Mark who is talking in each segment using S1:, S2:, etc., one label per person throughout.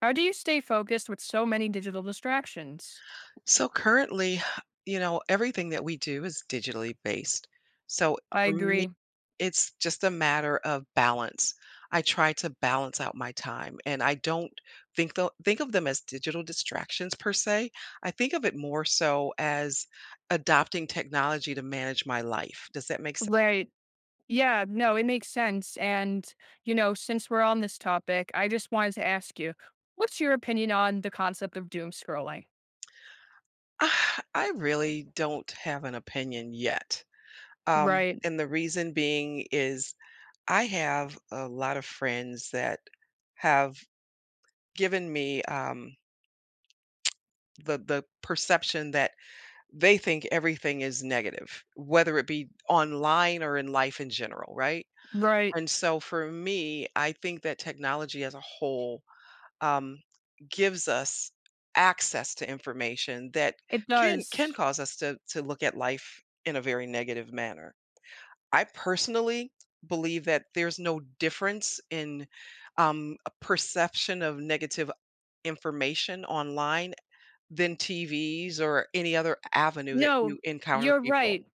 S1: How do you stay focused with so many digital distractions?
S2: So currently, you know, everything that we do is digitally based. So
S1: I
S2: for me,
S1: agree.
S2: it's just a matter of balance. I try to balance out my time and I don't think think of them as digital distractions per se. I think of it more so as adopting technology to manage my life. Does that make sense?
S1: Right. Yeah, no, it makes sense. Since we're on this topic, I just wanted to ask you, what's your opinion on the concept of doom scrolling?
S2: Ah, I really don't have an opinion yet. Um,
S1: Right.
S2: and the reason being is I have a lot of friends that have given me, the perception that they think everything is negative, whether it be online or in life in general, right?
S1: Right.
S2: And so for me, I think that technology as a whole, um, gives us access to information that
S1: It
S2: can
S1: does.
S2: cause us to look at life in a very negative manner. I personally believe that there's no difference in a perception of negative information online than TVs or any other avenue that you
S1: No,
S2: encounter
S1: you're
S2: people.
S1: right.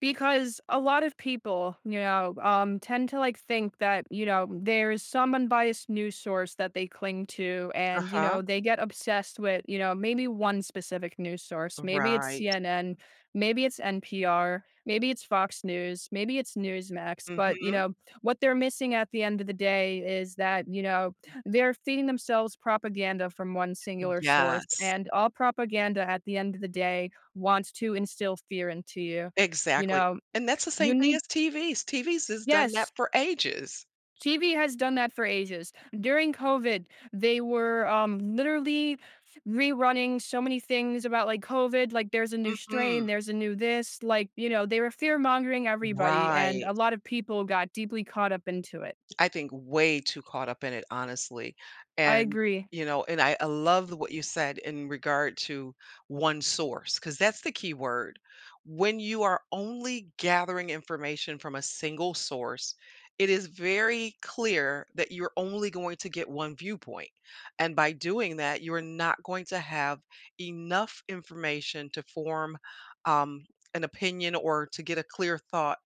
S1: Because a lot of people, tend to think that, there is some unbiased news source that they cling to, and,
S2: Uh-huh.
S1: they get obsessed with, maybe one specific news source. Maybe it's
S2: Right.
S1: CNN, maybe it's NPR, maybe it's Fox News, maybe it's Newsmax. But,
S2: Mhm.
S1: what they're missing at the end of the day is that, they're feeding themselves propaganda from one singular source.
S2: Yes.
S1: And all propaganda at the end of the day wants to instill fear into you. You
S2: Exactly.
S1: know,
S2: And that's the
S1: you
S2: same thing
S1: need
S2: as TVs. TVs has done that
S1: yes,
S2: for ages.
S1: TV has done that for ages. During COVID, they were, literally rerunning so many things about, like, COVID, like, there's a new
S2: Mhm.
S1: strain, there's a new this, like, they were fear mongering everybody, and
S2: Right.
S1: a lot of people got deeply caught up into it.
S2: I think way too caught up in it, honestly.
S1: I
S2: And,
S1: agree.
S2: you know, and I love what you said in regard to one source, because that's the key word. When you are only gathering information from a single source, it is very clear that you're only going to get one viewpoint. And by doing that, you're not going to have enough information to form um, an opinion or to get a clear thought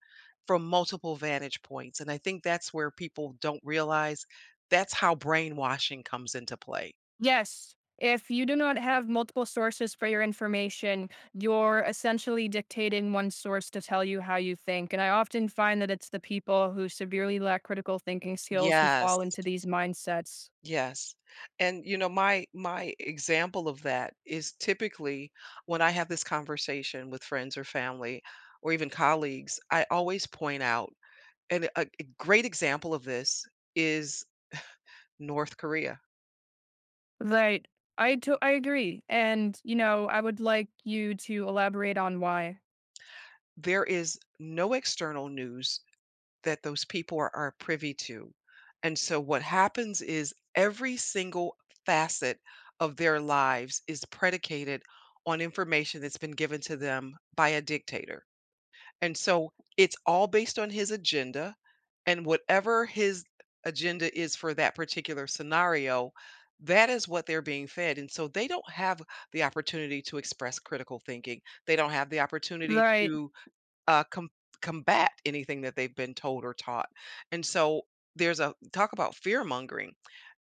S2: from multiple vantage points. And I think that's where people don't realize that's how brainwashing comes into play.
S1: Yes. If you do not have multiple sources for your information, you're essentially dictating one source to tell you how you think. And I often find that it's the people who severely lack critical thinking skills who
S2: Yes.
S1: fall into these mindsets.
S2: Yes. And you know, my example of that is typically when I have this conversation with friends or family or even colleagues, I always point out and a great example of this is North Korea.
S1: Right. I agree. I would like you to elaborate on why.
S2: There is no external news that those people are privy to. And so what happens is every single facet of their lives is predicated on information that's been given to them by a dictator. And so it's all based on his agenda and whatever his agenda is for that particular scenario, that is what they're being fed. And so they don't have the opportunity to express critical thinking. They don't have the opportunity
S1: Right.
S2: to uh, com combat anything that they've been told or taught. And so there's a talk about fear mongering.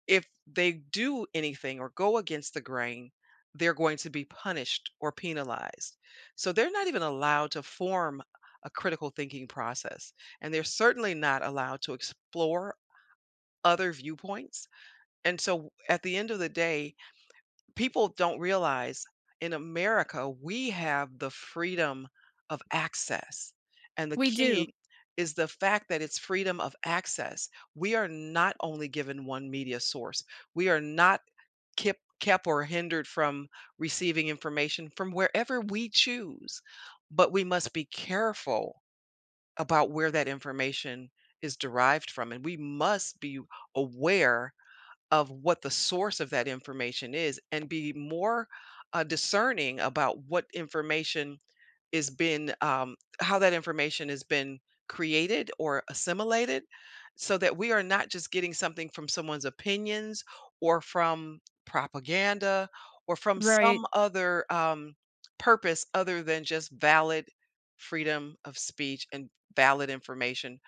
S2: If they do anything or go against the grain, they're going to be punished or penalized. So they're not even allowed to form a critical thinking process. And they're certainly not allowed to explore other viewpoints. And so at the end of the day, people don't realize in America, we have the freedom of access. And the
S1: We do.
S2: key is the fact that it's freedom of access. We are not only given one media source, we are not kept or hindered from receiving information from wherever we choose. But we must be careful about where that information is derived from. And we must be aware of what the source of that information is and be more discerning about what information is been how that information has been created or assimilated so that we are not just getting something from someone's opinions or from propaganda or from some
S1: Right.
S2: other purpose other than just valid freedom of speech and valid information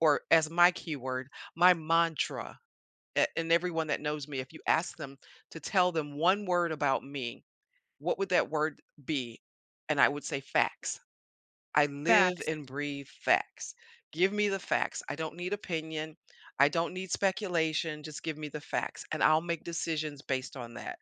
S2: or as my keyword my mantra and everyone that knows me, if you ask them to tell them one word about me, what would that word be? And I would say facts. I live
S1: Facts.
S2: and breathe facts. Give me the facts. I don't need opinion. I don't need speculation. Just give me the facts, and I'll make decisions based on that.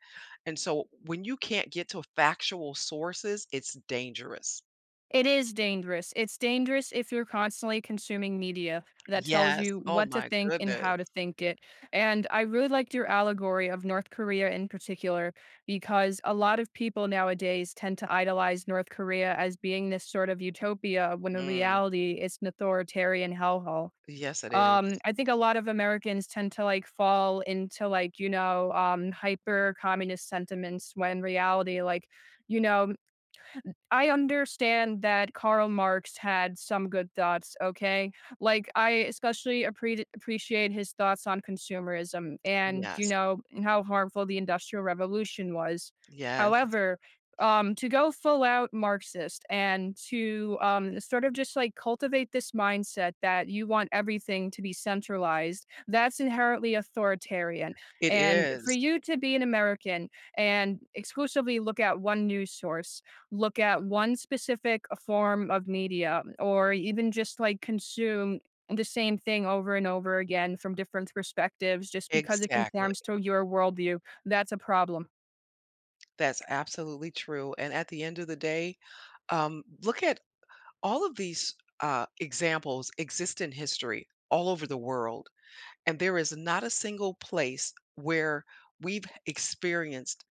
S2: And so when you can't get to factual sources, it's dangerous.
S1: It is dangerous. It's dangerous if you're constantly consuming media that tells
S2: Yes.
S1: you
S2: Oh
S1: what to
S2: my
S1: think and
S2: goodness.
S1: how to think it. And I really liked your allegory of North Korea in particular, because a lot of people nowadays tend to idolize North Korea as being this sort of utopia when in
S2: Mm.
S1: reality it's an authoritarian hellhole.
S2: Yes, it is.
S1: I think a lot of Americans tend to fall into like, hyper communist sentiments when in reality, you know, I understand that Karl Marx had some good thoughts, okay? Like, I especially appreciate his thoughts on consumerism and,
S2: Yes.
S1: how harmful the Industrial Revolution was.
S2: Yes.
S1: However, to go full out Marxist and to sort of just like cultivate this mindset that you want everything to be centralized, that's inherently authoritarian.
S2: It
S1: And for
S2: is.
S1: you to be an American and exclusively look at one news source, look at one specific form of media, or even just like consume the same thing over and over again from different perspectives just because it
S2: Exactly.
S1: conforms to your worldview. That's a problem.
S2: That's absolutely true. And at the end of the day, look at all of these examples exist in history all over the world. And there is not a single place where we've experienced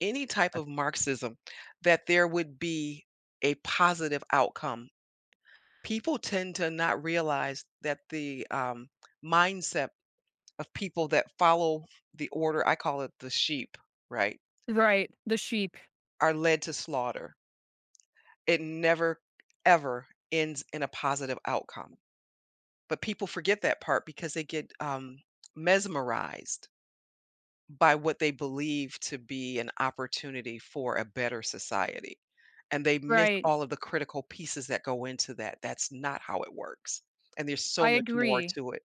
S2: any type of Marxism that there would be a positive outcome. People tend to not realize that the mindset of people that follow the order, I call it the sheep, right,
S1: Right. The sheep.
S2: are led to slaughter. It never, ever ends in a positive outcome. But people forget that part because they get mesmerized by what they believe to be an opportunity for a better society. And they miss
S1: Right.
S2: all of the critical pieces that go into that. That's not how it works. And there's so
S1: I
S2: much more
S1: agree.
S2: to it.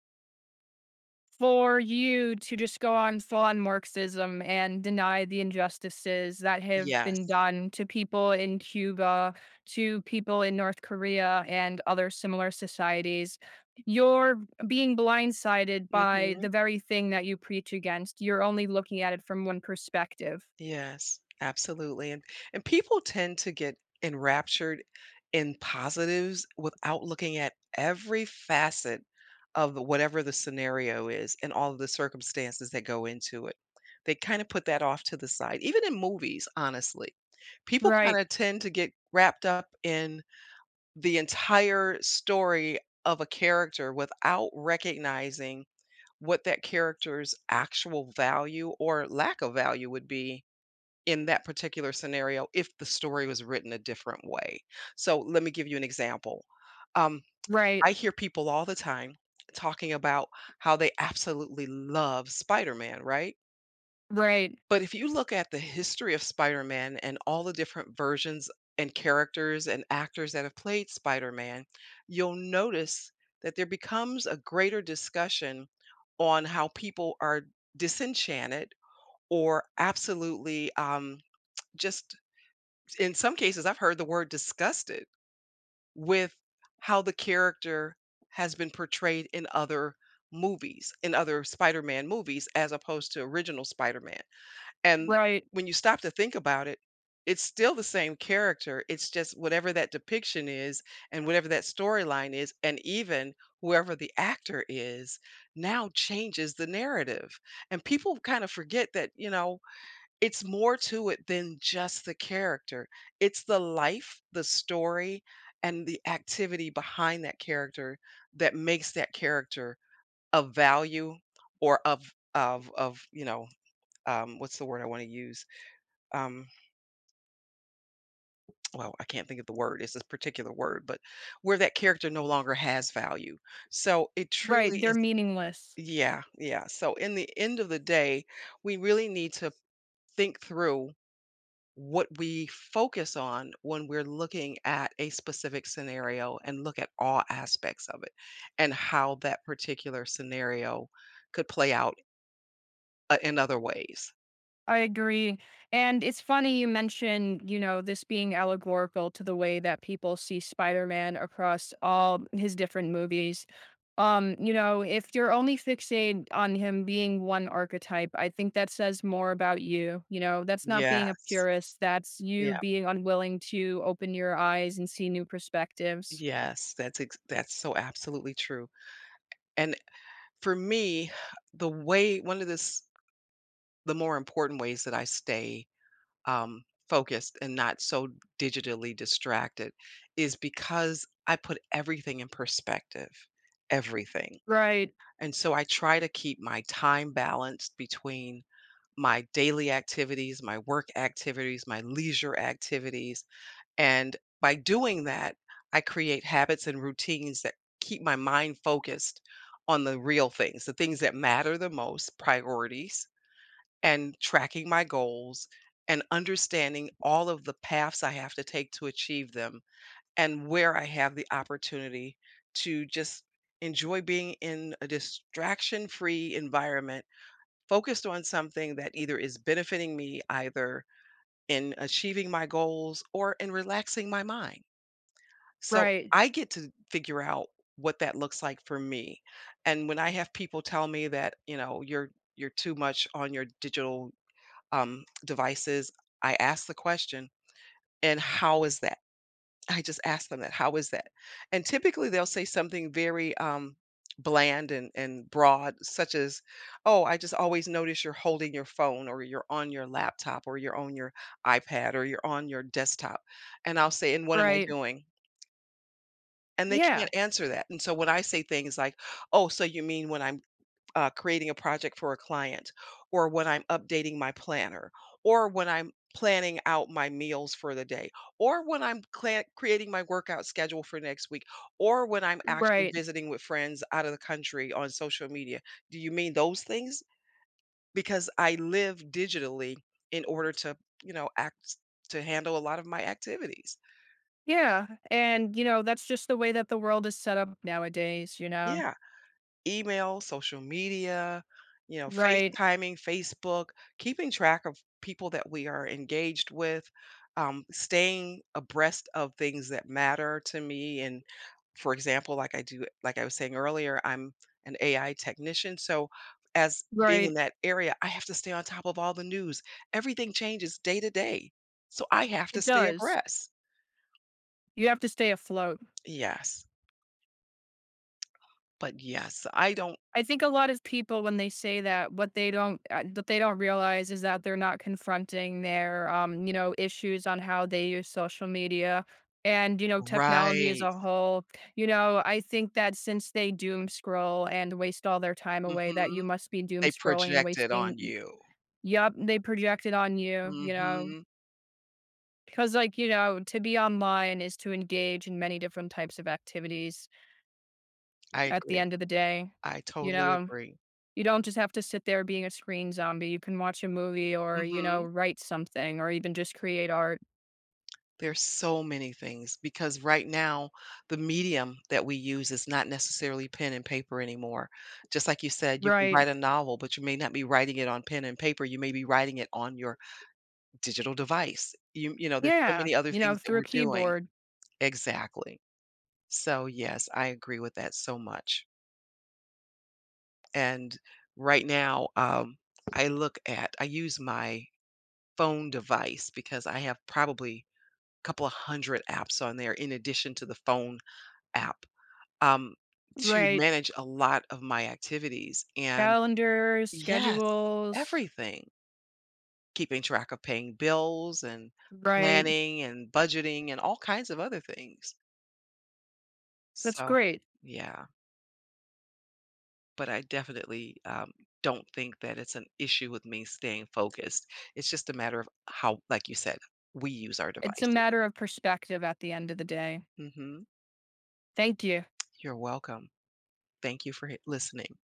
S1: For you to just go on full on Marxism and deny the injustices that have been
S2: Yes.
S1: done to people in Cuba, to people in North Korea, and other similar societies. You're being blindsided by
S2: Mhm.
S1: the very thing that you preach against. You're only looking at it from one perspective.
S2: Yes, absolutely, and people tend to get enraptured in positives without looking at every facet of whatever the scenario is and all of the circumstances that go into it. They kind of put that off to the side. Even in movies, honestly, people kind
S1: Right,
S2: of tend to get wrapped up in the entire story of a character without recognizing what that character's actual value or lack of value would be in that particular scenario if the story was written a different way. So let me give you an example. Um, I
S1: right,
S2: hear people all the time talking about how they absolutely love Spider Man, right?
S1: right,
S2: But if you look at the history of Spider Man and all the different versions and characters and actors that have played Spider Man, you'll notice that there becomes a greater discussion on how people are disenchanted or absolutely just in some cases, I've heard the word disgusted with how the character has been portrayed in other movies, in other Spider-Man movies, as opposed to original Spider-Man. And
S1: right,
S2: when you stop to think about it, it's still the same character. It's just whatever that depiction is and whatever that storyline is, and even whoever the actor is now changes the narrative. And people kind of forget that, you know, it's more to it than just the character. It's the life, the story, and the activity behind that character that makes that character of value or of of, you know, what's the word I wanna use? Um, well, I can't think of the word, it's this particular word, but where that character no longer has value. So it
S1: right.
S2: truly
S1: They're
S2: is.
S1: meaningless.
S2: Yeah, yeah. So in the end of the day, we really need to think through what we focus on when we're looking at a specific scenario and look at all aspects of it and how that particular scenario could play out in other ways.
S1: I agree. And it's funny you mentioned, this being allegorical to the way that people see Spider-Man across all his different movies. If you're only fixated on him being one archetype, I think that says more about you. You know, that's not being a
S2: Yes.
S1: purist, that's you
S2: Yeah.
S1: being unwilling to open your eyes and see new perspectives.
S2: Yes. That's that's so absolutely true. And for me, the way one of this the more important ways that I stay um, focused and not so digitally distracted is because I put everything in perspective. Everything.
S1: Right,
S2: And so I try to keep my time balanced between my daily activities, my work activities, my leisure activities. And by doing that, I create habits and routines that keep my mind focused on the real things, the things that matter the most, priorities, and tracking my goals and understanding all of the paths I have to take to achieve them and where I have the opportunity to just enjoy being in a distraction free environment focused on something that either is benefiting me either in achieving my goals or in relaxing my mind. So
S1: right,
S2: I get to figure out what that looks like for me. And when I have people tell me that, you know, you're too much on your digital devices, I ask the question, and how is that? I just ask them that, "How is that?" And typically they'll say something very bland and broad, such as, "Oh, I just always notice you're holding your phone, or you're on your laptop, or you're on your iPad, or you're on your desktop." And I'll say, "And what am I
S1: right.
S2: doing?" And they can't
S1: Yeah,
S2: answer that. And so when I say things like, "Oh, so you mean when I'm creating a project for a client, or when I'm updating my planner, or when I'm planning out my meals for the day, or when I'm cla creating my workout schedule for next week, or when I'm actually
S1: right.
S2: visiting with friends out of the country on social media. Do you mean those things? Because I live digitally in order to, you know, act to handle a lot of my activities.
S1: Yeah. And, that's just the way that the world is set up nowadays, you know?
S2: Yeah. Email, social media, you know,
S1: Right,
S2: FaceTiming, Facebook, keeping track of people that we are engaged with, staying abreast of things that matter to me. And for example, like I do, like I was saying earlier, I'm an AI technician. So as being in
S1: right.
S2: that area, I have to stay on top of all the news. Everything changes day to day. So I have to
S1: It
S2: stay
S1: does.
S2: abreast.
S1: You have to stay afloat.
S2: Yes. But yes, I don't.
S1: I think a lot of people when they say that, what they don't that they don't realize is that they're not confronting their, issues on how they use social media and, technology as
S2: Right.
S1: a whole. I think that since they doom scroll and waste all their time away, that
S2: Hmm.
S1: you must be doom
S2: They
S1: scrolling and
S2: project it
S1: wasting
S2: on
S1: y-
S2: you.
S1: Yup, they project it on you,
S2: Mhm.
S1: because to be online is to engage in many different types of activities
S2: I
S1: at the
S2: agree.
S1: end of the day.
S2: I
S1: You
S2: totally
S1: know,
S2: agree.
S1: you don't just have to sit there being a screen zombie. You can watch a movie or,
S2: Mhm.
S1: write something or even just create art.
S2: There's so many things because right now, the medium that we use is not necessarily pen and paper anymore. Just like you said, you can write
S1: Right.
S2: a novel, but you may not be writing it on pen and paper, you may be writing it on your digital device. You know, there's so
S1: Yeah.
S2: many other
S1: You
S2: things
S1: know,
S2: that
S1: through a
S2: we're doing.
S1: keyboard.
S2: Exactly. So, yes, I agree with that so much. And right now, I look at I use my phone device because I have probably a couple of hundred apps on there in addition to the phone app um, to
S1: Right.
S2: manage a lot of my activities. And
S1: Calendars,
S2: yes,
S1: schedules.
S2: everything, keeping track of paying bills and
S1: Right.
S2: planning and budgeting and all kinds of other things.
S1: That's
S2: So,
S1: great.
S2: yeah, but I definitely don't think that it's an issue with me staying focused. It's just a matter of how, like you said, we use our
S1: It's a
S2: devices.
S1: matter of perspective at the end of the day.
S2: Hmm.
S1: Thank you.
S2: You're welcome. Thank you for listening.